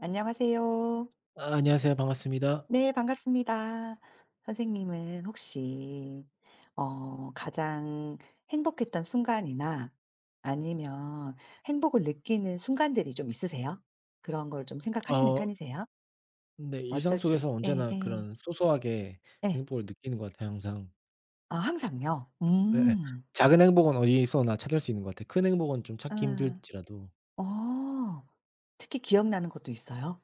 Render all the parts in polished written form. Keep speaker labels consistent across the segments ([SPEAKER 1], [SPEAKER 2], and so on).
[SPEAKER 1] 안녕하세요.
[SPEAKER 2] 아 안녕하세요. 반갑습니다.
[SPEAKER 1] 네 반갑습니다. 선생님은 혹시 가장 행복했던 순간이나 아니면 행복을 느끼는 순간들이 좀 있으세요? 그런 걸 좀 생각하시는
[SPEAKER 2] 어
[SPEAKER 1] 편이세요?
[SPEAKER 2] 네. 일상
[SPEAKER 1] 어쩔 때
[SPEAKER 2] 속에서
[SPEAKER 1] 예
[SPEAKER 2] 언제나
[SPEAKER 1] 예.
[SPEAKER 2] 그런 소소하게
[SPEAKER 1] 예.
[SPEAKER 2] 행복을 느끼는 것 같아요, 항상.
[SPEAKER 1] 아 항상요?
[SPEAKER 2] 예예.
[SPEAKER 1] 음.
[SPEAKER 2] 작은 행복은 어디서나 찾을 수 있는 것 같아요. 큰 행복은 좀 찾기
[SPEAKER 1] 아.
[SPEAKER 2] 힘들지라도.
[SPEAKER 1] 어. 특히 기억나는 것도 있어요?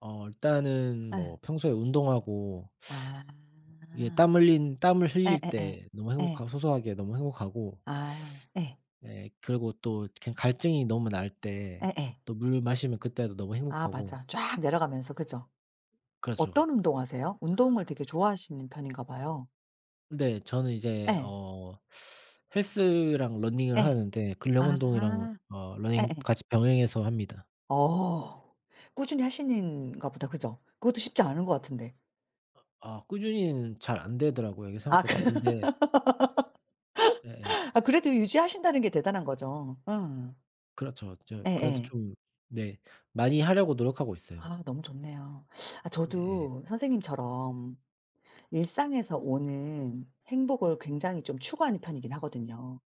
[SPEAKER 2] 일단은
[SPEAKER 1] 예.
[SPEAKER 2] 뭐 평소에 운동하고,
[SPEAKER 1] 아.
[SPEAKER 2] 이게 땀 흘린 땀을
[SPEAKER 1] 에,
[SPEAKER 2] 흘릴
[SPEAKER 1] 에, 에.
[SPEAKER 2] 때 너무
[SPEAKER 1] 에,
[SPEAKER 2] 행복하고, 소소하게 너무 행복하고.
[SPEAKER 1] 아. 에.
[SPEAKER 2] 예. 그리고 또 그냥 갈증이 너무 날 때
[SPEAKER 1] 에에.
[SPEAKER 2] 또 물 마시면 그때도 너무
[SPEAKER 1] 아
[SPEAKER 2] 행복하고.
[SPEAKER 1] 맞아. 쫙 내려가면서 그죠?
[SPEAKER 2] 그렇죠.
[SPEAKER 1] 어떤 운동하세요? 운동을 되게 좋아하시는 편인가 봐요.
[SPEAKER 2] 네. 저는 이제
[SPEAKER 1] 예.
[SPEAKER 2] 헬스랑 러닝을
[SPEAKER 1] 예.
[SPEAKER 2] 하는데 근력 운동이랑
[SPEAKER 1] 아.
[SPEAKER 2] 러닝
[SPEAKER 1] 예예.
[SPEAKER 2] 같이 병행해서 합니다.
[SPEAKER 1] 어. 꾸준히 하시는가 보다. 그죠? 그것도 쉽지 않은 것 같은데.
[SPEAKER 2] 아 꾸준히는 잘 안 되더라고요, 이게
[SPEAKER 1] 아 그
[SPEAKER 2] 생각보다. 근데 예예.
[SPEAKER 1] 아 그래도 유지하신다는 게 대단한 거죠. 응
[SPEAKER 2] 그렇죠. 저
[SPEAKER 1] 예
[SPEAKER 2] 그래도
[SPEAKER 1] 예.
[SPEAKER 2] 좀, 네, 많이 하려고 노력하고 있어요.
[SPEAKER 1] 아 너무 좋네요. 아
[SPEAKER 2] 네.
[SPEAKER 1] 저도 선생님처럼 일상에서 오는 행복을 굉장히 좀 추구하는 편이긴 하거든요.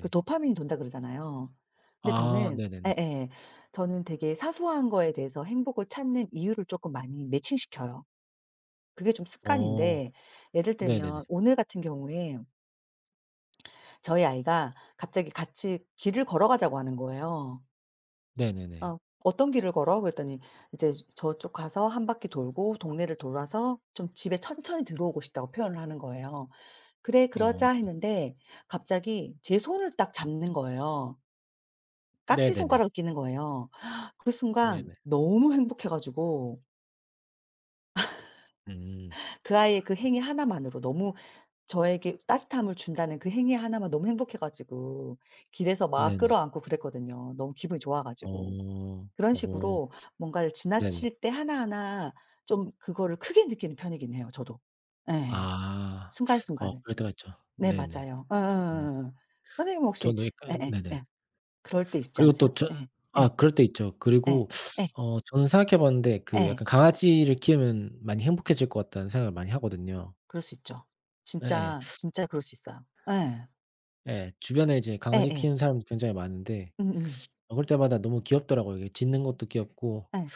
[SPEAKER 1] 그 도파민이 돈다 그러잖아요. 근데
[SPEAKER 2] 아
[SPEAKER 1] 저는
[SPEAKER 2] 네네네.
[SPEAKER 1] 예예. 저는 되게 사소한 거에 대해서 행복을 찾는 이유를 쪼끔 많이 매칭시켜요. 그게 좀
[SPEAKER 2] 어
[SPEAKER 1] 습관인데 예를
[SPEAKER 2] 네네네.
[SPEAKER 1] 들면 오늘 같은 경우에 저희 아이가 갑자기 같이 길을 걸어가자고 하는 거예요.
[SPEAKER 2] 네네네.
[SPEAKER 1] "어 어떤 길을 걸어?" 그랬더니 이제 저쪽 가서 한 바퀴 돌고 동네를 돌아서 좀 집에 천천히 들어오고 싶다고 표현을 하는 거예요. "그래
[SPEAKER 2] 어
[SPEAKER 1] 그러자." 했는데 갑자기 제 손을 딱 잡는 거예요. 깍지
[SPEAKER 2] 네네네.
[SPEAKER 1] 손가락을 끼는 거예요. 그 순간
[SPEAKER 2] 네네.
[SPEAKER 1] 너무 행복해 가지고
[SPEAKER 2] 음.
[SPEAKER 1] 그 아이의 그 행위 하나만으로 너무 저에게 따뜻함을 준다는 그 행위 하나만 너무 행복해 가지고 길에서 막
[SPEAKER 2] 네네.
[SPEAKER 1] 끌어안고 그랬거든요, 너무 기분이 좋아 가지고.
[SPEAKER 2] 어.
[SPEAKER 1] 그런
[SPEAKER 2] 어
[SPEAKER 1] 식으로 뭔가를
[SPEAKER 2] 네네.
[SPEAKER 1] 지나칠 때 하나하나 좀 그거를 크게 느끼는 편이긴 해요, 저도. 예.
[SPEAKER 2] 아. 어
[SPEAKER 1] 순간순간을.
[SPEAKER 2] 그럴 때가 있죠.
[SPEAKER 1] 네
[SPEAKER 2] 네네.
[SPEAKER 1] 맞아요. 어. 어,
[SPEAKER 2] 음.
[SPEAKER 1] 어, 어. 선생님은 혹시
[SPEAKER 2] 저도 약간 네네.
[SPEAKER 1] 예예예. 그럴 때 있지
[SPEAKER 2] 그리고
[SPEAKER 1] 않으세요?
[SPEAKER 2] 또 저
[SPEAKER 1] 예.
[SPEAKER 2] 아
[SPEAKER 1] 예.
[SPEAKER 2] 그럴 때 있죠.
[SPEAKER 1] 예.
[SPEAKER 2] 그리고
[SPEAKER 1] 예.
[SPEAKER 2] 저는 생각해 봤는데 그
[SPEAKER 1] 예.
[SPEAKER 2] 약간 강아지를 키우면 많이 행복해질 것 같다는 생각을 많이 하거든요.
[SPEAKER 1] 그럴 수 있죠.
[SPEAKER 2] 예예.
[SPEAKER 1] 진짜, 진짜 그럴 수 있어요. 예.
[SPEAKER 2] 예. 예, 주변에 이제 강아지
[SPEAKER 1] 예예.
[SPEAKER 2] 키우는 사람도 굉장히 많은데
[SPEAKER 1] 음음.
[SPEAKER 2] 그럴 때마다 너무 귀엽더라고요. 이게 짖는 것도 귀엽고
[SPEAKER 1] 예.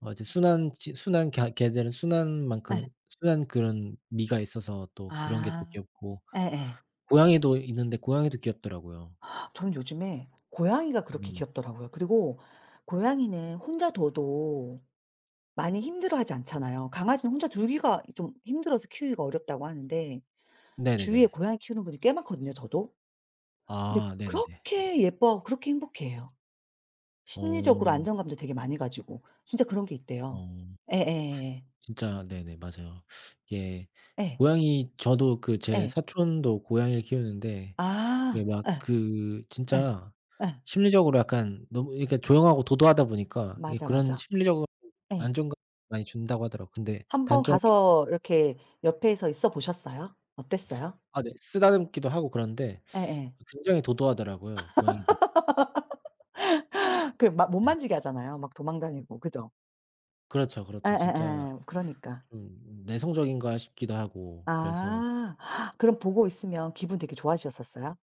[SPEAKER 2] 이제 순한 지 순한 갸 개들은 순한 만큼
[SPEAKER 1] 예.
[SPEAKER 2] 순한 그런 미가 있어서 또 그런 게 또
[SPEAKER 1] 아.
[SPEAKER 2] 귀엽고,
[SPEAKER 1] 예예.
[SPEAKER 2] 고양이도 있는데 고양이도 귀엽더라고요.
[SPEAKER 1] 저는 요즘에 고양이가 그렇게
[SPEAKER 2] 네.
[SPEAKER 1] 귀엽더라고요. 그리고 고양이는 혼자 둬도 많이 힘들어하지 않잖아요. 강아지는 혼자 두기가 좀 힘들어서 키우기가 어렵다고 하는데
[SPEAKER 2] 네네네.
[SPEAKER 1] 주위에 고양이 키우는 분이 꽤 많거든요, 저도. 근데
[SPEAKER 2] 아 네네네.
[SPEAKER 1] 그렇게 예뻐하고 그렇게 행복해해요. 심리적으로
[SPEAKER 2] 어.
[SPEAKER 1] 안정감도 되게 많이 가지고. 진짜 그런 게 있대요.
[SPEAKER 2] 어.
[SPEAKER 1] 예예예예.
[SPEAKER 2] 진짜 네네. 맞아요. 이게
[SPEAKER 1] 예. 예.
[SPEAKER 2] 고양이 저도 그
[SPEAKER 1] 예,
[SPEAKER 2] 제
[SPEAKER 1] 예.
[SPEAKER 2] 사촌도 고양이를 키우는데,
[SPEAKER 1] 아.
[SPEAKER 2] 이게 막
[SPEAKER 1] 예.
[SPEAKER 2] 그
[SPEAKER 1] 예.
[SPEAKER 2] 진짜
[SPEAKER 1] 예.
[SPEAKER 2] 심리적으로 약간 너무 이렇게 조용하고 도도하다 보니까 이게
[SPEAKER 1] 맞아,
[SPEAKER 2] 그런
[SPEAKER 1] 맞아.
[SPEAKER 2] 심리적으로
[SPEAKER 1] 예.
[SPEAKER 2] 안정감을 많이 준다고 하더라고요. 근데
[SPEAKER 1] 한 번
[SPEAKER 2] 단점이,
[SPEAKER 1] 가서 이렇게 옆에서 있어 보셨어요? 어땠어요?
[SPEAKER 2] 아 네, 쓰다듬기도 하고 그런데
[SPEAKER 1] 예예.
[SPEAKER 2] 굉장히 도도하더라고요, 고양이들이.
[SPEAKER 1] 그 막 못
[SPEAKER 2] 예.
[SPEAKER 1] 만지게 하잖아요. 막 도망 다니고. 그죠?
[SPEAKER 2] 그렇죠, 그렇죠. 진짜
[SPEAKER 1] 예예예. 그러니까.
[SPEAKER 2] 좀 내성적인가 싶기도 하고 그래서.
[SPEAKER 1] 아. 아, 그럼 보고 있으면 기분 되게 좋아지셨었어요?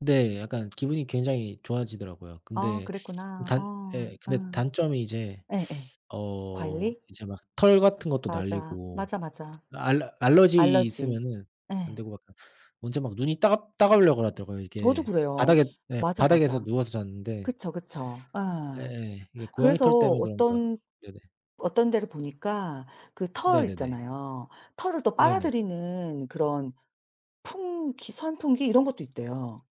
[SPEAKER 2] 네. 약간 기분이 굉장히 좋아지더라고요.
[SPEAKER 1] 아
[SPEAKER 2] 근데
[SPEAKER 1] 그랬구나.
[SPEAKER 2] 단
[SPEAKER 1] 어.
[SPEAKER 2] 예, 근데
[SPEAKER 1] 음.
[SPEAKER 2] 단점이 이제
[SPEAKER 1] 예예. 관리?
[SPEAKER 2] 막 털 같은 것도
[SPEAKER 1] 맞아.
[SPEAKER 2] 날리고
[SPEAKER 1] 맞아, 맞아.
[SPEAKER 2] 알러지
[SPEAKER 1] 알러지.
[SPEAKER 2] 있으면은 안
[SPEAKER 1] 예.
[SPEAKER 2] 되고, 약간 언제 막 눈이 따갑 따가우려고 그러더라고요,
[SPEAKER 1] 저도
[SPEAKER 2] 이게.
[SPEAKER 1] 그래요.
[SPEAKER 2] 바닥에 예
[SPEAKER 1] 맞아,
[SPEAKER 2] 바닥에서
[SPEAKER 1] 맞아.
[SPEAKER 2] 누워서 잤는데
[SPEAKER 1] 그쵸, 그쵸. 예.
[SPEAKER 2] 예예 이게 고양이
[SPEAKER 1] 그래서
[SPEAKER 2] 털 때문에 그런가.
[SPEAKER 1] 어떤
[SPEAKER 2] 네네.
[SPEAKER 1] 데를 보니까 그 털
[SPEAKER 2] 네네네.
[SPEAKER 1] 있잖아요. 털을 또
[SPEAKER 2] 네네.
[SPEAKER 1] 빨아들이는 그런 풍기 선풍기 이런 것도 있대요.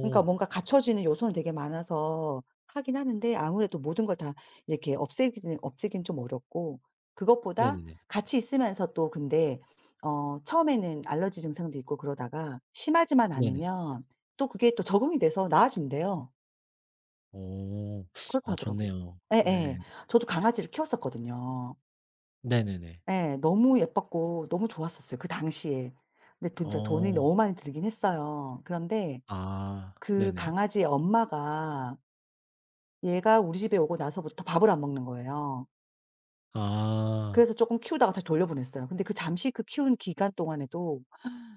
[SPEAKER 1] 그러니까 뭔가 갖춰지는 요소는 되게 많아서 하긴 하는데 아무래도 모든 걸 다 이렇게 없애기는 없애긴 좀 어렵고 그것보다
[SPEAKER 2] 네네네.
[SPEAKER 1] 같이 있으면서 또 근데 처음에는 알레르기 증상도 있고 그러다가 심하지만
[SPEAKER 2] 네네.
[SPEAKER 1] 않으면 또 그게 또 적응이 돼서 나아진대요.
[SPEAKER 2] 어. 아
[SPEAKER 1] 그렇다더라고요.
[SPEAKER 2] 좋네요.
[SPEAKER 1] 예예.
[SPEAKER 2] 예.
[SPEAKER 1] 저도 강아지를 키웠었거든요.
[SPEAKER 2] 네네네.
[SPEAKER 1] 예. 너무 예뻤고 너무 좋았었어요 그 당시에. 근데 진짜 돈이
[SPEAKER 2] 어.
[SPEAKER 1] 너무 많이 들긴 했어요. 그런데
[SPEAKER 2] 아.
[SPEAKER 1] 그
[SPEAKER 2] 네네.
[SPEAKER 1] 강아지의 엄마가 얘가 우리 집에 오고 나서부터 밥을 안 먹는 거예요.
[SPEAKER 2] 아.
[SPEAKER 1] 그래서 쪼끔 키우다가 다시 돌려보냈어요. 근데 그 잠시 그 키운 기간 동안에도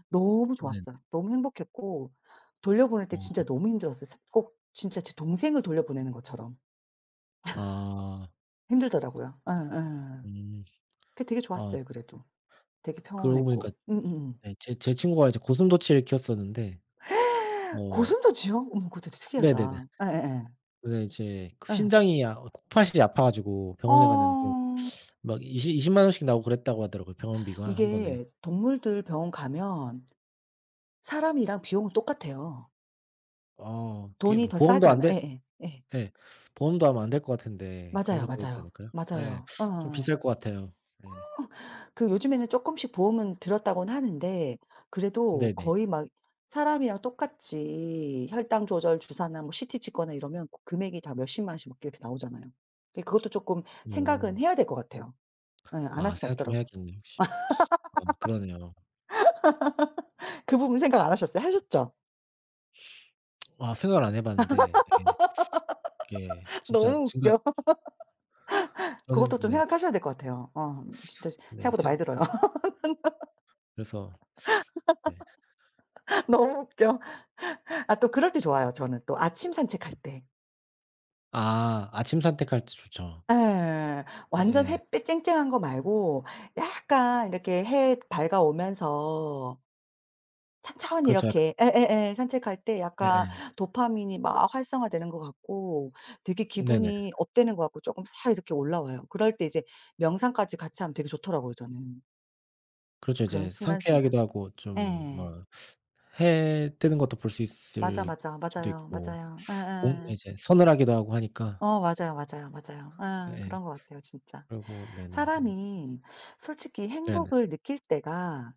[SPEAKER 1] 너무
[SPEAKER 2] 네네.
[SPEAKER 1] 좋았어요. 너무 행복했고 돌려보낼 때 진짜
[SPEAKER 2] 어.
[SPEAKER 1] 너무 힘들었어요. 스 꼭 진짜 제 동생을 돌려보내는 것처럼
[SPEAKER 2] 아.
[SPEAKER 1] 힘들더라고요. 예예.
[SPEAKER 2] 음.
[SPEAKER 1] 그 되게
[SPEAKER 2] 아,
[SPEAKER 1] 좋았어요 그래도. 되게
[SPEAKER 2] 그러고 보니까
[SPEAKER 1] 평온했고.
[SPEAKER 2] 네, 제 친구가 이제 고슴도치를 키웠었는데 어
[SPEAKER 1] 고슴도치요? 어머 그거 되게
[SPEAKER 2] 네네네.
[SPEAKER 1] 특이하다. 예예예.
[SPEAKER 2] 근데 이제 그
[SPEAKER 1] 예.
[SPEAKER 2] 신장이, 아 콩팥이 아파 가지고
[SPEAKER 1] 어
[SPEAKER 2] 병원에 갔는데 막 20 이십만 원씩 나오고 그랬다고 하더라고요, 병원비가 한 번에.
[SPEAKER 1] 이게 동물들 병원 가면 사람이랑 비용은 똑같아요.
[SPEAKER 2] 그게
[SPEAKER 1] 돈이
[SPEAKER 2] 뭐
[SPEAKER 1] 더 싸지
[SPEAKER 2] 보험도 안
[SPEAKER 1] 않아
[SPEAKER 2] 돼.
[SPEAKER 1] 예예. 예. 예.
[SPEAKER 2] 예. 보험도 아마 안 될 것 같은데
[SPEAKER 1] 맞아요,
[SPEAKER 2] 그래서 그러지
[SPEAKER 1] 맞아요.
[SPEAKER 2] 않을까요? 예.
[SPEAKER 1] 맞아요.
[SPEAKER 2] 좀
[SPEAKER 1] 어어어.
[SPEAKER 2] 비쌀
[SPEAKER 1] 어
[SPEAKER 2] 것 같아요. 예.
[SPEAKER 1] 그 요즘에는 쪼끔씩 보험은 들었다고는 하는데 그래도
[SPEAKER 2] 네네.
[SPEAKER 1] 거의 막 사람이랑 똑같이 혈당 조절 주사나 뭐 CT 찍거나 이러면 그 금액이 다 몇십만 원씩 막 이렇게 나오잖아요. 예 그것도 쪼끔
[SPEAKER 2] 어.
[SPEAKER 1] 생각은 해야 될 것 같아요. 예 안 할
[SPEAKER 2] 아
[SPEAKER 1] 수는
[SPEAKER 2] 생각 좀
[SPEAKER 1] 없더라고요.
[SPEAKER 2] 해야겠네요, 확실히. 아, 그러네요.
[SPEAKER 1] 그 부분 생각 안 하셨어요? 하셨죠?
[SPEAKER 2] 아 생각을 안 해 봤는데 예. 그게 진짜
[SPEAKER 1] 너무
[SPEAKER 2] 진짜
[SPEAKER 1] 웃겨.
[SPEAKER 2] 저는
[SPEAKER 1] 그것도 좀
[SPEAKER 2] 네.
[SPEAKER 1] 생각하셔야 될 것 같아요. 어 진짜
[SPEAKER 2] 네
[SPEAKER 1] 생각보다 많이 들어요.
[SPEAKER 2] 생각 그래서 네.
[SPEAKER 1] 너무 웃겨. 아 또 그럴 때 좋아요 저는 또 아침 산책할 때.
[SPEAKER 2] 아 아침 산책할 때 좋죠.
[SPEAKER 1] 예. 완전
[SPEAKER 2] 예예.
[SPEAKER 1] 햇빛 쨍쨍한 거 말고 약간 이렇게 해 밝아오면서 천천히
[SPEAKER 2] 그렇죠.
[SPEAKER 1] 이렇게
[SPEAKER 2] 약간
[SPEAKER 1] 예예예 산책할 때 약간
[SPEAKER 2] 예예.
[SPEAKER 1] 도파민이 막 활성화되는 것 같고 되게
[SPEAKER 2] 네네.
[SPEAKER 1] 기분이 업되는 것 같고 조금 싹 이렇게 올라와요. 그럴 때 이제 명상까지 같이 하면 되게 좋더라고요 저는.
[SPEAKER 2] 그렇죠.
[SPEAKER 1] 그런
[SPEAKER 2] 이제
[SPEAKER 1] 순간순간.
[SPEAKER 2] 상쾌하기도 하고 좀
[SPEAKER 1] 예.
[SPEAKER 2] 뭐, 해 뜨는 것도 볼 수
[SPEAKER 1] 맞아,
[SPEAKER 2] 있을
[SPEAKER 1] 맞아.
[SPEAKER 2] 수도
[SPEAKER 1] 맞아요,
[SPEAKER 2] 있고,
[SPEAKER 1] 맞아요.
[SPEAKER 2] 공
[SPEAKER 1] 예예.
[SPEAKER 2] 이제 서늘하기도 하고 하니까
[SPEAKER 1] 어 맞아요, 맞아요, 맞아요. 아
[SPEAKER 2] 예예.
[SPEAKER 1] 그런 것 같아요 진짜.
[SPEAKER 2] 그리고 네네. 음.
[SPEAKER 1] 사람이 솔직히
[SPEAKER 2] 네네.
[SPEAKER 1] 행복을 느낄 때가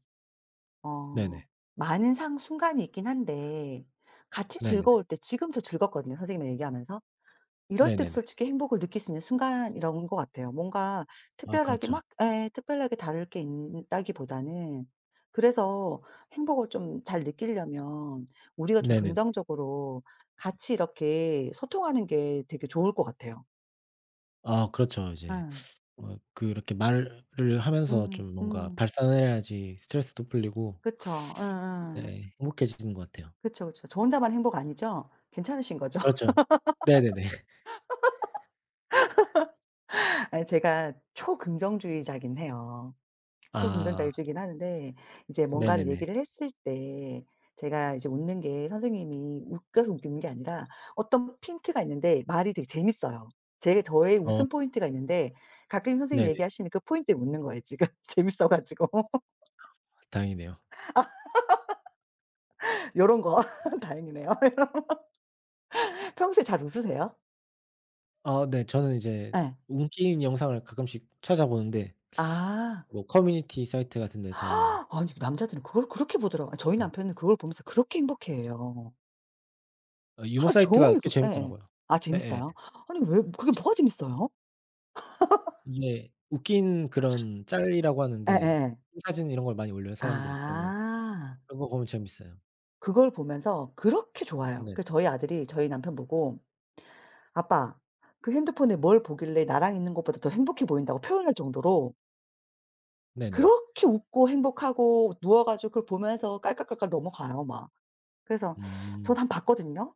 [SPEAKER 2] 네네.
[SPEAKER 1] 어 많은 상 순간이 있긴 한데 같이
[SPEAKER 2] 네네.
[SPEAKER 1] 즐거울 때 지금 저 즐겁거든요 선생님이 얘기하면서. 이럴 때도
[SPEAKER 2] 네네네.
[SPEAKER 1] 솔직히 행복을 느낄 수 있는 순간이라는 것 같아요. 뭔가
[SPEAKER 2] 아
[SPEAKER 1] 특별하게
[SPEAKER 2] 그렇죠.
[SPEAKER 1] 막 에, 특별하게 다를 게 있다기보다는 그래서 행복을 좀 잘 느끼려면 우리가 좀
[SPEAKER 2] 네네.
[SPEAKER 1] 긍정적으로 같이 이렇게 소통하는 게 되게 좋을 것 같아요.
[SPEAKER 2] 아 그렇죠.
[SPEAKER 1] 예.
[SPEAKER 2] 이제 그렇게 말을 하면서
[SPEAKER 1] 음
[SPEAKER 2] 좀 뭔가
[SPEAKER 1] 음.
[SPEAKER 2] 발산해야지 스트레스도 풀리고,
[SPEAKER 1] 그쵸. 예예.
[SPEAKER 2] 네, 행복해지는 것 같아요.
[SPEAKER 1] 그쵸, 그쵸. 저 혼자만 행복 아니죠? 괜찮으신 거죠?
[SPEAKER 2] 그렇죠. 네네네.
[SPEAKER 1] 아니 제가 초긍정주의자긴 해요.
[SPEAKER 2] 아
[SPEAKER 1] 초긍정주의자이긴 하는데 이제 뭔가를
[SPEAKER 2] 네네네.
[SPEAKER 1] 얘기를 했을 때 제가 이제 웃는 게 선생님이 웃겨서 웃기는 게 아니라 어떤 핀트가 있는데 말이 되게 재밌어요. 제 저의
[SPEAKER 2] 어
[SPEAKER 1] 웃음 포인트가 있는데 가끔 선생님이
[SPEAKER 2] 네네.
[SPEAKER 1] 얘기하시는 그 포인트에 웃는 거예요 지금. 재밌어 가지고.
[SPEAKER 2] 다행이네요.
[SPEAKER 1] 요런 거. 다행이네요. 평소에 잘 웃으세요?
[SPEAKER 2] 아 네, 저는 이제
[SPEAKER 1] 예.
[SPEAKER 2] 운기 있는 영상을 가끔씩 찾아보는데
[SPEAKER 1] 아.
[SPEAKER 2] 뭐 커뮤니티 사이트 같은 데서,
[SPEAKER 1] 아니 남자들은 그걸 그렇게 보더라고요. 저희
[SPEAKER 2] 네,
[SPEAKER 1] 남편은 그걸 보면서 그렇게 행복해해요.
[SPEAKER 2] 유머
[SPEAKER 1] 하루
[SPEAKER 2] 사이트가
[SPEAKER 1] 종일
[SPEAKER 2] 꽤
[SPEAKER 1] 그 예예.
[SPEAKER 2] 재밌더라고요.
[SPEAKER 1] 아
[SPEAKER 2] 예예.
[SPEAKER 1] 재밌어요? 아니 왜 그게
[SPEAKER 2] 제
[SPEAKER 1] 뭐가 재밌어요?
[SPEAKER 2] 이게 웃긴 그런 짤이라고 하는데
[SPEAKER 1] 예예.
[SPEAKER 2] 웃긴 사진 이런 걸 많이 올려요, 사람들이. 그러면
[SPEAKER 1] 아.
[SPEAKER 2] 그거 보면 재밌어요.
[SPEAKER 1] 그걸 보면서 그렇게 좋아해요.
[SPEAKER 2] 네.
[SPEAKER 1] 그래서 저희 아들이 저희 남편 보고 "아빠 그 핸드폰에 뭘 보길래 나랑 있는 것보다 더 행복해 보인다."고 표현할 정도로
[SPEAKER 2] 네네.
[SPEAKER 1] 그렇게 웃고 행복하고 누워 가지고 그걸 보면서 깔깔깔깔 넘어가요 막. 그래서
[SPEAKER 2] 음.
[SPEAKER 1] 저도 한번 봤거든요.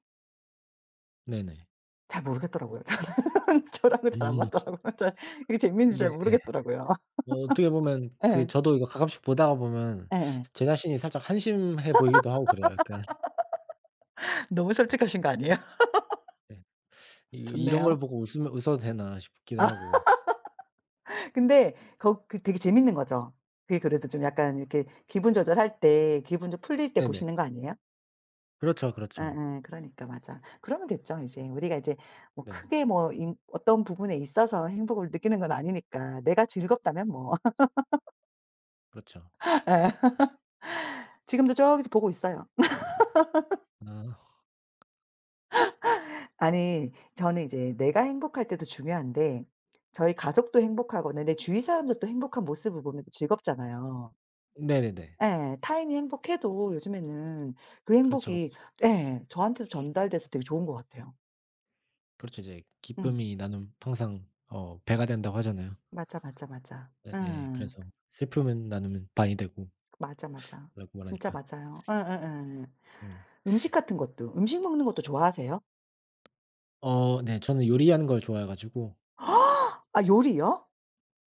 [SPEAKER 2] 네네.
[SPEAKER 1] 잘 모르겠더라고요. 저랑은 잘 안
[SPEAKER 2] 음.
[SPEAKER 1] 맞더라고요. 잘 이게 제입지잘
[SPEAKER 2] 이게 예.
[SPEAKER 1] 모르겠더라고요.
[SPEAKER 2] 어떻게 보면 그, 저도 이거 가끔씩 보다가 보면
[SPEAKER 1] 예 예.
[SPEAKER 2] 제 자신이 살짝 한심해 보이기도 하고 그래요, 약간.
[SPEAKER 1] 너무 솔직하신 거 아니에요?
[SPEAKER 2] 네. 이 '이런
[SPEAKER 1] 좋네요.
[SPEAKER 2] 걸 보고 웃으면 웃어도 되나?' 싶기도 하고.
[SPEAKER 1] 근데 거 그 되게 재밌는 거죠. 그게 그래도 좀 약간 이렇게 기분 조절할 때 기분 좀 풀릴 때
[SPEAKER 2] 네네.
[SPEAKER 1] 보시는 거 아니에요?
[SPEAKER 2] 그렇죠, 그렇죠.
[SPEAKER 1] 예예. 그러니까 맞아. 그러면 됐죠 이제. 우리가 이제 뭐
[SPEAKER 2] 네네.
[SPEAKER 1] 크게 뭐 인 어떤 부분에 있어서 행복을 느끼는 건 아니니까 내가 즐겁다면 뭐
[SPEAKER 2] 그렇죠.
[SPEAKER 1] 예. 지금도 저기서 보고 있어요.
[SPEAKER 2] 아.
[SPEAKER 1] 아니 저는 이제 내가 행복할 때도 중요한데 저희 가족도 행복하거나 내 주위 사람들 도 행복한 모습을 보면 또 즐겁잖아요.
[SPEAKER 2] 네네네.
[SPEAKER 1] 예. 타인이 행복해도 요즘에는 그
[SPEAKER 2] 그렇죠, 그렇죠.
[SPEAKER 1] 행복이 예 저한테도 전달돼서 되게 좋은 것 같아요.
[SPEAKER 2] 그렇죠. 이제
[SPEAKER 1] 음.
[SPEAKER 2] "기쁨이 나눔 항상 배가 된다."고 하잖아요.
[SPEAKER 1] 맞아, 맞아, 맞아.
[SPEAKER 2] 네 예.
[SPEAKER 1] 음.
[SPEAKER 2] 그래서 "슬픔은 나누면 반이 되고."라고
[SPEAKER 1] 맞아, 맞아. 진짜
[SPEAKER 2] 말하니까.
[SPEAKER 1] 맞아요. 예예예.
[SPEAKER 2] 음.
[SPEAKER 1] 음식 같은 것도 음식 먹는 것도 좋아하세요?
[SPEAKER 2] 네. 저는 요리하는 걸 좋아해 가지고
[SPEAKER 1] 아 요리요?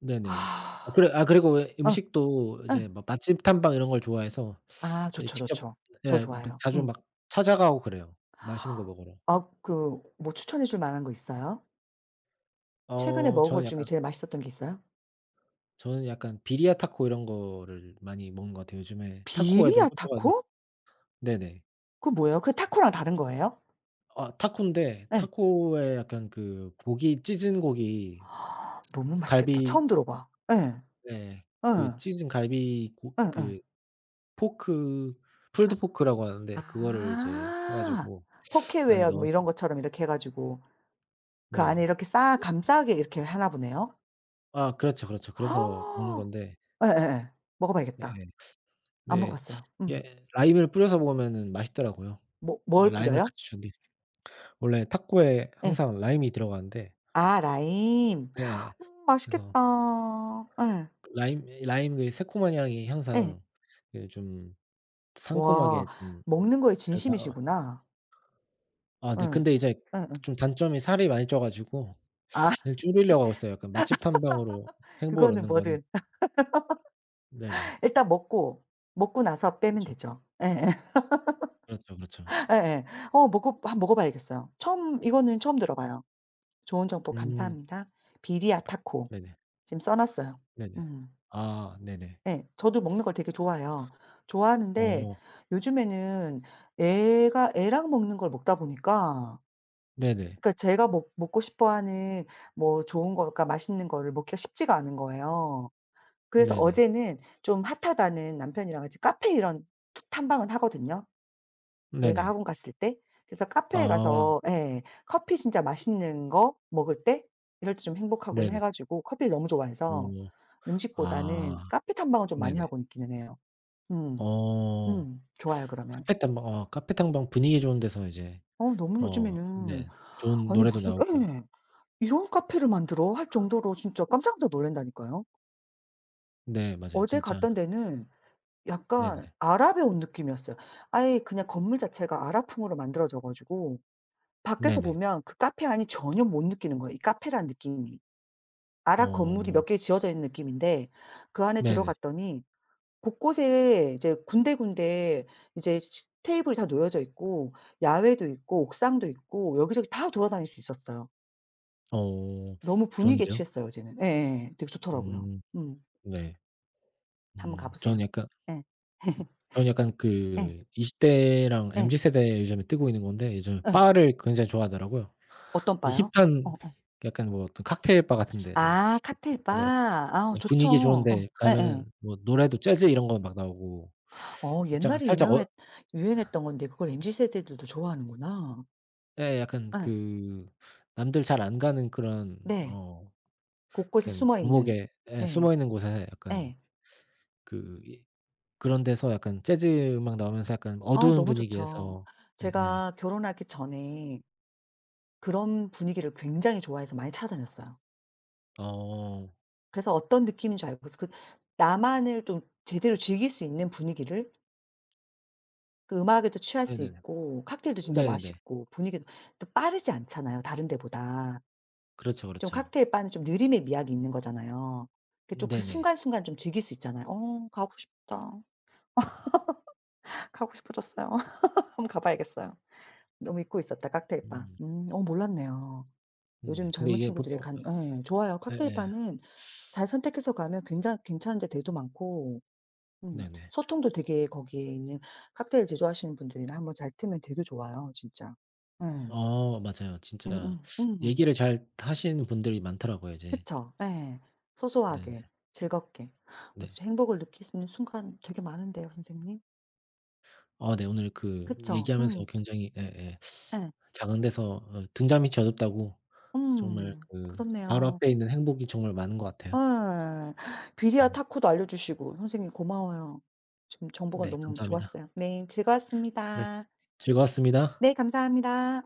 [SPEAKER 2] 네네.
[SPEAKER 1] 아.
[SPEAKER 2] 그래 아 그리고 왜
[SPEAKER 1] 어.
[SPEAKER 2] 음식도
[SPEAKER 1] 예.
[SPEAKER 2] 이제 막 맛집 탐방 이런 걸 좋아해서
[SPEAKER 1] 아
[SPEAKER 2] 예
[SPEAKER 1] 좋죠,
[SPEAKER 2] 직접,
[SPEAKER 1] 좋죠. 저
[SPEAKER 2] 예 뭐
[SPEAKER 1] 좋아해요.
[SPEAKER 2] 자주
[SPEAKER 1] 음.
[SPEAKER 2] 막 찾아가고 그래요, 맛있는 거 먹으러.
[SPEAKER 1] 아 그 뭐 추천해 줄 만한 거 있어요? 최근에
[SPEAKER 2] 어
[SPEAKER 1] 먹은 것
[SPEAKER 2] 저는
[SPEAKER 1] 중에
[SPEAKER 2] 약간
[SPEAKER 1] 제일 맛있었던 게 있어요?
[SPEAKER 2] 저는 약간 비리야 타코 이런 거를 많이 먹는 것 같아요, 요즘에. 타코에 좀
[SPEAKER 1] 비리야
[SPEAKER 2] 꽂혀 가지고
[SPEAKER 1] 타코?
[SPEAKER 2] 네네.
[SPEAKER 1] 그거 뭐예요? 그 타코랑 다른 거예요?
[SPEAKER 2] 아, 타코인데
[SPEAKER 1] 예.
[SPEAKER 2] 타코에 약간 그 고기 찢은 고기
[SPEAKER 1] 너무 맛있겠다.
[SPEAKER 2] 갈비.
[SPEAKER 1] 처음 들어봐. 예.
[SPEAKER 2] 예.
[SPEAKER 1] 예.
[SPEAKER 2] 그 찢은 갈비 고
[SPEAKER 1] 예예.
[SPEAKER 2] 그 포크 풀드 포크라고 하는데 그거를 이제 해
[SPEAKER 1] 아.
[SPEAKER 2] 가지고 안에
[SPEAKER 1] 포케웨어 뭐
[SPEAKER 2] 넣어서
[SPEAKER 1] 이런 것처럼 이렇게 해 가지고 그 안에
[SPEAKER 2] 네네.
[SPEAKER 1] 이렇게 싹 감싸게 이렇게 하나 보네요?
[SPEAKER 2] 아 그렇죠, 그렇죠. 그래서 먹는 건데
[SPEAKER 1] 예예예. 먹어 봐야겠다.
[SPEAKER 2] 예예.
[SPEAKER 1] 안 먹어
[SPEAKER 2] 네.
[SPEAKER 1] 봤어요. 음.
[SPEAKER 2] 이게 라임을 뿌려서 먹으면은 맛있더라고요.
[SPEAKER 1] 뭐
[SPEAKER 2] 아
[SPEAKER 1] 뭘
[SPEAKER 2] 라임을
[SPEAKER 1] 뿌려요?
[SPEAKER 2] 같이 주는데 원래 타코에
[SPEAKER 1] 예.
[SPEAKER 2] 항상 라임이 들어가는데.
[SPEAKER 1] 아 라임.
[SPEAKER 2] 예. 그래서
[SPEAKER 1] 맛있겠다. 예.
[SPEAKER 2] 라임, 그 새콤한 향이
[SPEAKER 1] 예.
[SPEAKER 2] 항상 그 좀
[SPEAKER 1] 와.
[SPEAKER 2] 상콤하게 좀
[SPEAKER 1] 먹는 거에
[SPEAKER 2] 잘 나와.
[SPEAKER 1] 진심이시구나.
[SPEAKER 2] 아 네.
[SPEAKER 1] 응,
[SPEAKER 2] 근데 이제
[SPEAKER 1] 응, 응.
[SPEAKER 2] 좀 단점이 살이 많이 쪄 가지고
[SPEAKER 1] 아
[SPEAKER 2] 사실 줄이려고 하고 있어요, 약간 맛집 탐방으로 행복을
[SPEAKER 1] 그거는
[SPEAKER 2] 얻는 거는.
[SPEAKER 1] 뭐든
[SPEAKER 2] 네네.
[SPEAKER 1] 일단 먹고, 먹고 나서 빼면
[SPEAKER 2] 그렇죠.
[SPEAKER 1] 되죠. 예예. 예예.
[SPEAKER 2] 그렇죠, 그렇죠.
[SPEAKER 1] 어 먹어 한번 먹어 봐야겠어요. 처음 이거는 처음 들어봐요. 좋은 정보
[SPEAKER 2] 음
[SPEAKER 1] 감사합니다. 비리아 타코
[SPEAKER 2] 네네.
[SPEAKER 1] 지금 써 놨어요.
[SPEAKER 2] 네네.
[SPEAKER 1] 음.
[SPEAKER 2] 아 네네.
[SPEAKER 1] 예. 저도 먹는 걸 되게 좋아해요. 좋아하는데
[SPEAKER 2] 어
[SPEAKER 1] 요즘에는 애가 애랑 먹는 걸 먹다 보니까
[SPEAKER 2] 네네.
[SPEAKER 1] 그러니까 제가 먹 먹고 싶어 하는 뭐 좋은 거가까 맛있는 거를 먹기가 쉽지가 않은 거예요. 그래서
[SPEAKER 2] 네네.
[SPEAKER 1] 어제는 좀 핫하다는 남편이랑 같이 카페 이런 툭 탐방은 하거든요, 애가
[SPEAKER 2] 네네.
[SPEAKER 1] 학원 갔을 때. 그래서 카페에
[SPEAKER 2] 아
[SPEAKER 1] 가서 예. 커피 진짜 맛있는 거 먹을 때 이럴 때 좀 행복하곤 해
[SPEAKER 2] 네네.
[SPEAKER 1] 가지고 커피를 너무 좋아해서
[SPEAKER 2] 어 아
[SPEAKER 1] 음식보다는 카페 탐방을 좀 많이
[SPEAKER 2] 네네.
[SPEAKER 1] 하고 있기는 해요. 음.
[SPEAKER 2] 어.
[SPEAKER 1] 음. 좋아요 그러면.
[SPEAKER 2] 카페 탐방 분위기 좋은 데서 이제
[SPEAKER 1] 어 너무
[SPEAKER 2] 네,
[SPEAKER 1] 요즘에는
[SPEAKER 2] 좋은
[SPEAKER 1] 아니
[SPEAKER 2] 노래도
[SPEAKER 1] 무슨
[SPEAKER 2] 나오고.
[SPEAKER 1] 예. '이런 카페를 만들어?' 할 정도로 진짜 깜짝깜짝 놀란다니까요.
[SPEAKER 2] 네 맞아요.
[SPEAKER 1] 어제
[SPEAKER 2] 진짜
[SPEAKER 1] 갔던 데는
[SPEAKER 2] 네네.
[SPEAKER 1] 약간 아랍에 온 느낌이었어요. 아예 그냥 건물 자체가 아랍풍으로 만들어져 가지고 밖에서
[SPEAKER 2] 네네.
[SPEAKER 1] 보면 그 카페 안이 전혀 못 느끼는 거예요, 이 카페라는 느낌이. 아랍 건물이
[SPEAKER 2] 어
[SPEAKER 1] 몇 개 지어져 있는 느낌인데 그 안에
[SPEAKER 2] 네네.
[SPEAKER 1] 들어갔더니 곳곳에 이제 군데군데 이제 시 테이블이 다 놓여져 있고 야외도 있고 옥상도 있고 여기저기 다 돌아다닐 수 있었어요.
[SPEAKER 2] 어
[SPEAKER 1] 너무 분위기에
[SPEAKER 2] 좋은데요?
[SPEAKER 1] 취했어요 어제는. 예예예. 되게 좋더라고요.
[SPEAKER 2] 음
[SPEAKER 1] 음.
[SPEAKER 2] 네.
[SPEAKER 1] 한번 가
[SPEAKER 2] 음,
[SPEAKER 1] 보세요.
[SPEAKER 2] 저는 약간
[SPEAKER 1] 예.
[SPEAKER 2] 저는 약간
[SPEAKER 1] 예.
[SPEAKER 2] 그 20 대랑
[SPEAKER 1] 예.
[SPEAKER 2] MZ 세대에 요즘에 뜨고 있는 건데, 요즘
[SPEAKER 1] 예.
[SPEAKER 2] 바를 굉장히 좋아하더라고요.
[SPEAKER 1] 어떤
[SPEAKER 2] 이
[SPEAKER 1] 바요?
[SPEAKER 2] 힙한
[SPEAKER 1] 어어.
[SPEAKER 2] 약간 뭐 어떤 칵테일 바 같은 데를
[SPEAKER 1] 아 칵테일바.
[SPEAKER 2] 가더라고요.
[SPEAKER 1] 아
[SPEAKER 2] 예
[SPEAKER 1] 좋죠.
[SPEAKER 2] 분위기
[SPEAKER 1] 어
[SPEAKER 2] 좋은데 가면은
[SPEAKER 1] 예예.
[SPEAKER 2] 뭐 노래도 재즈 이런 거 막 나오고
[SPEAKER 1] 어
[SPEAKER 2] 진짜
[SPEAKER 1] 옛날에
[SPEAKER 2] 살짝
[SPEAKER 1] 유명했 유행했던 건데 그걸 MZ 세대들도 좋아하는구나.
[SPEAKER 2] 예, 약간
[SPEAKER 1] 예.
[SPEAKER 2] 그 남들 잘 안 가는 그런,
[SPEAKER 1] 네.
[SPEAKER 2] 어,
[SPEAKER 1] 곳곳에
[SPEAKER 2] 그냥
[SPEAKER 1] 숨어 있는.
[SPEAKER 2] 골목에 예
[SPEAKER 1] 네.
[SPEAKER 2] 숨어 있는 곳에 약간
[SPEAKER 1] 예.
[SPEAKER 2] 그 이 그런 데서 약간 재즈 음악 나오면서 약간
[SPEAKER 1] 어
[SPEAKER 2] 어두운
[SPEAKER 1] 너무 좋죠.
[SPEAKER 2] 분위기에서 예예.
[SPEAKER 1] 제가 결혼하기 전에 그런 분위기를 굉장히 좋아해서 많이 찾아다녔어요.
[SPEAKER 2] 어.
[SPEAKER 1] 그래서 어떤 느낌인지 알고 그래서 그 나만을 좀 제대로 즐길 수 있는 분위기를 그 음악에도 취할 수
[SPEAKER 2] 네네네.
[SPEAKER 1] 있고 칵테일도 진짜
[SPEAKER 2] 네네네.
[SPEAKER 1] 맛있고 분위기도 또 빠르지 않잖아요 다른 데보다.
[SPEAKER 2] 그렇죠,
[SPEAKER 1] 좀
[SPEAKER 2] 그렇죠.
[SPEAKER 1] 칵테일 바는 좀 느림의 미학이 있는 거잖아요. 그 좀 그
[SPEAKER 2] 네네.
[SPEAKER 1] 순간순간 좀 즐길 수 있잖아요. 어 가고 싶다. 가고 싶어졌어요. 한번 가 봐야겠어요. 너무 잊고 있었다 칵테일 바.
[SPEAKER 2] 음.
[SPEAKER 1] 어 몰랐네요. 요즘
[SPEAKER 2] 네. 근데
[SPEAKER 1] 젊은
[SPEAKER 2] 이게
[SPEAKER 1] 친구들이
[SPEAKER 2] 보통
[SPEAKER 1] 간 예 좋아요.
[SPEAKER 2] 예
[SPEAKER 1] 칵테일
[SPEAKER 2] 예예.
[SPEAKER 1] 바는 잘 선택해서 가면 굉장 괜찮은데 데도 많고
[SPEAKER 2] 네네.
[SPEAKER 1] 소통도 되게 거기에 있는 칵테일 제조하시는 분들이랑 한번 잘 틀면 되게 좋아요 진짜. 예.
[SPEAKER 2] 어 맞아요. 진짜
[SPEAKER 1] 음음 음.
[SPEAKER 2] 얘기를 잘 하시는 분들이 많더라고요, 이제.
[SPEAKER 1] 그쵸. 예. 소소하게
[SPEAKER 2] 네네.
[SPEAKER 1] 즐겁게. 어
[SPEAKER 2] 네.
[SPEAKER 1] 행복을 느낄 수 있는 순간 되게 많은데요 선생님.
[SPEAKER 2] 아 네, 오늘 그
[SPEAKER 1] 그쵸.
[SPEAKER 2] 얘기하면서
[SPEAKER 1] 음.
[SPEAKER 2] 굉장히 예예
[SPEAKER 1] 예.
[SPEAKER 2] 작은 데서 등잔빛이 어둡다고 정말
[SPEAKER 1] 음.
[SPEAKER 2] 그 바로
[SPEAKER 1] 그렇네요.
[SPEAKER 2] 앞에 있는 행복이 정말 많은 것 같아요.
[SPEAKER 1] 예. 비리와
[SPEAKER 2] 음.
[SPEAKER 1] 타코도 알려주시고 선생님 고마워요. 지금 정보가
[SPEAKER 2] 네
[SPEAKER 1] 너무
[SPEAKER 2] 감사합니다.
[SPEAKER 1] 좋았어요. 네.
[SPEAKER 2] 네.
[SPEAKER 1] 즐거웠습니다.
[SPEAKER 2] 즐거웠습니다.
[SPEAKER 1] 네. 감사합니다.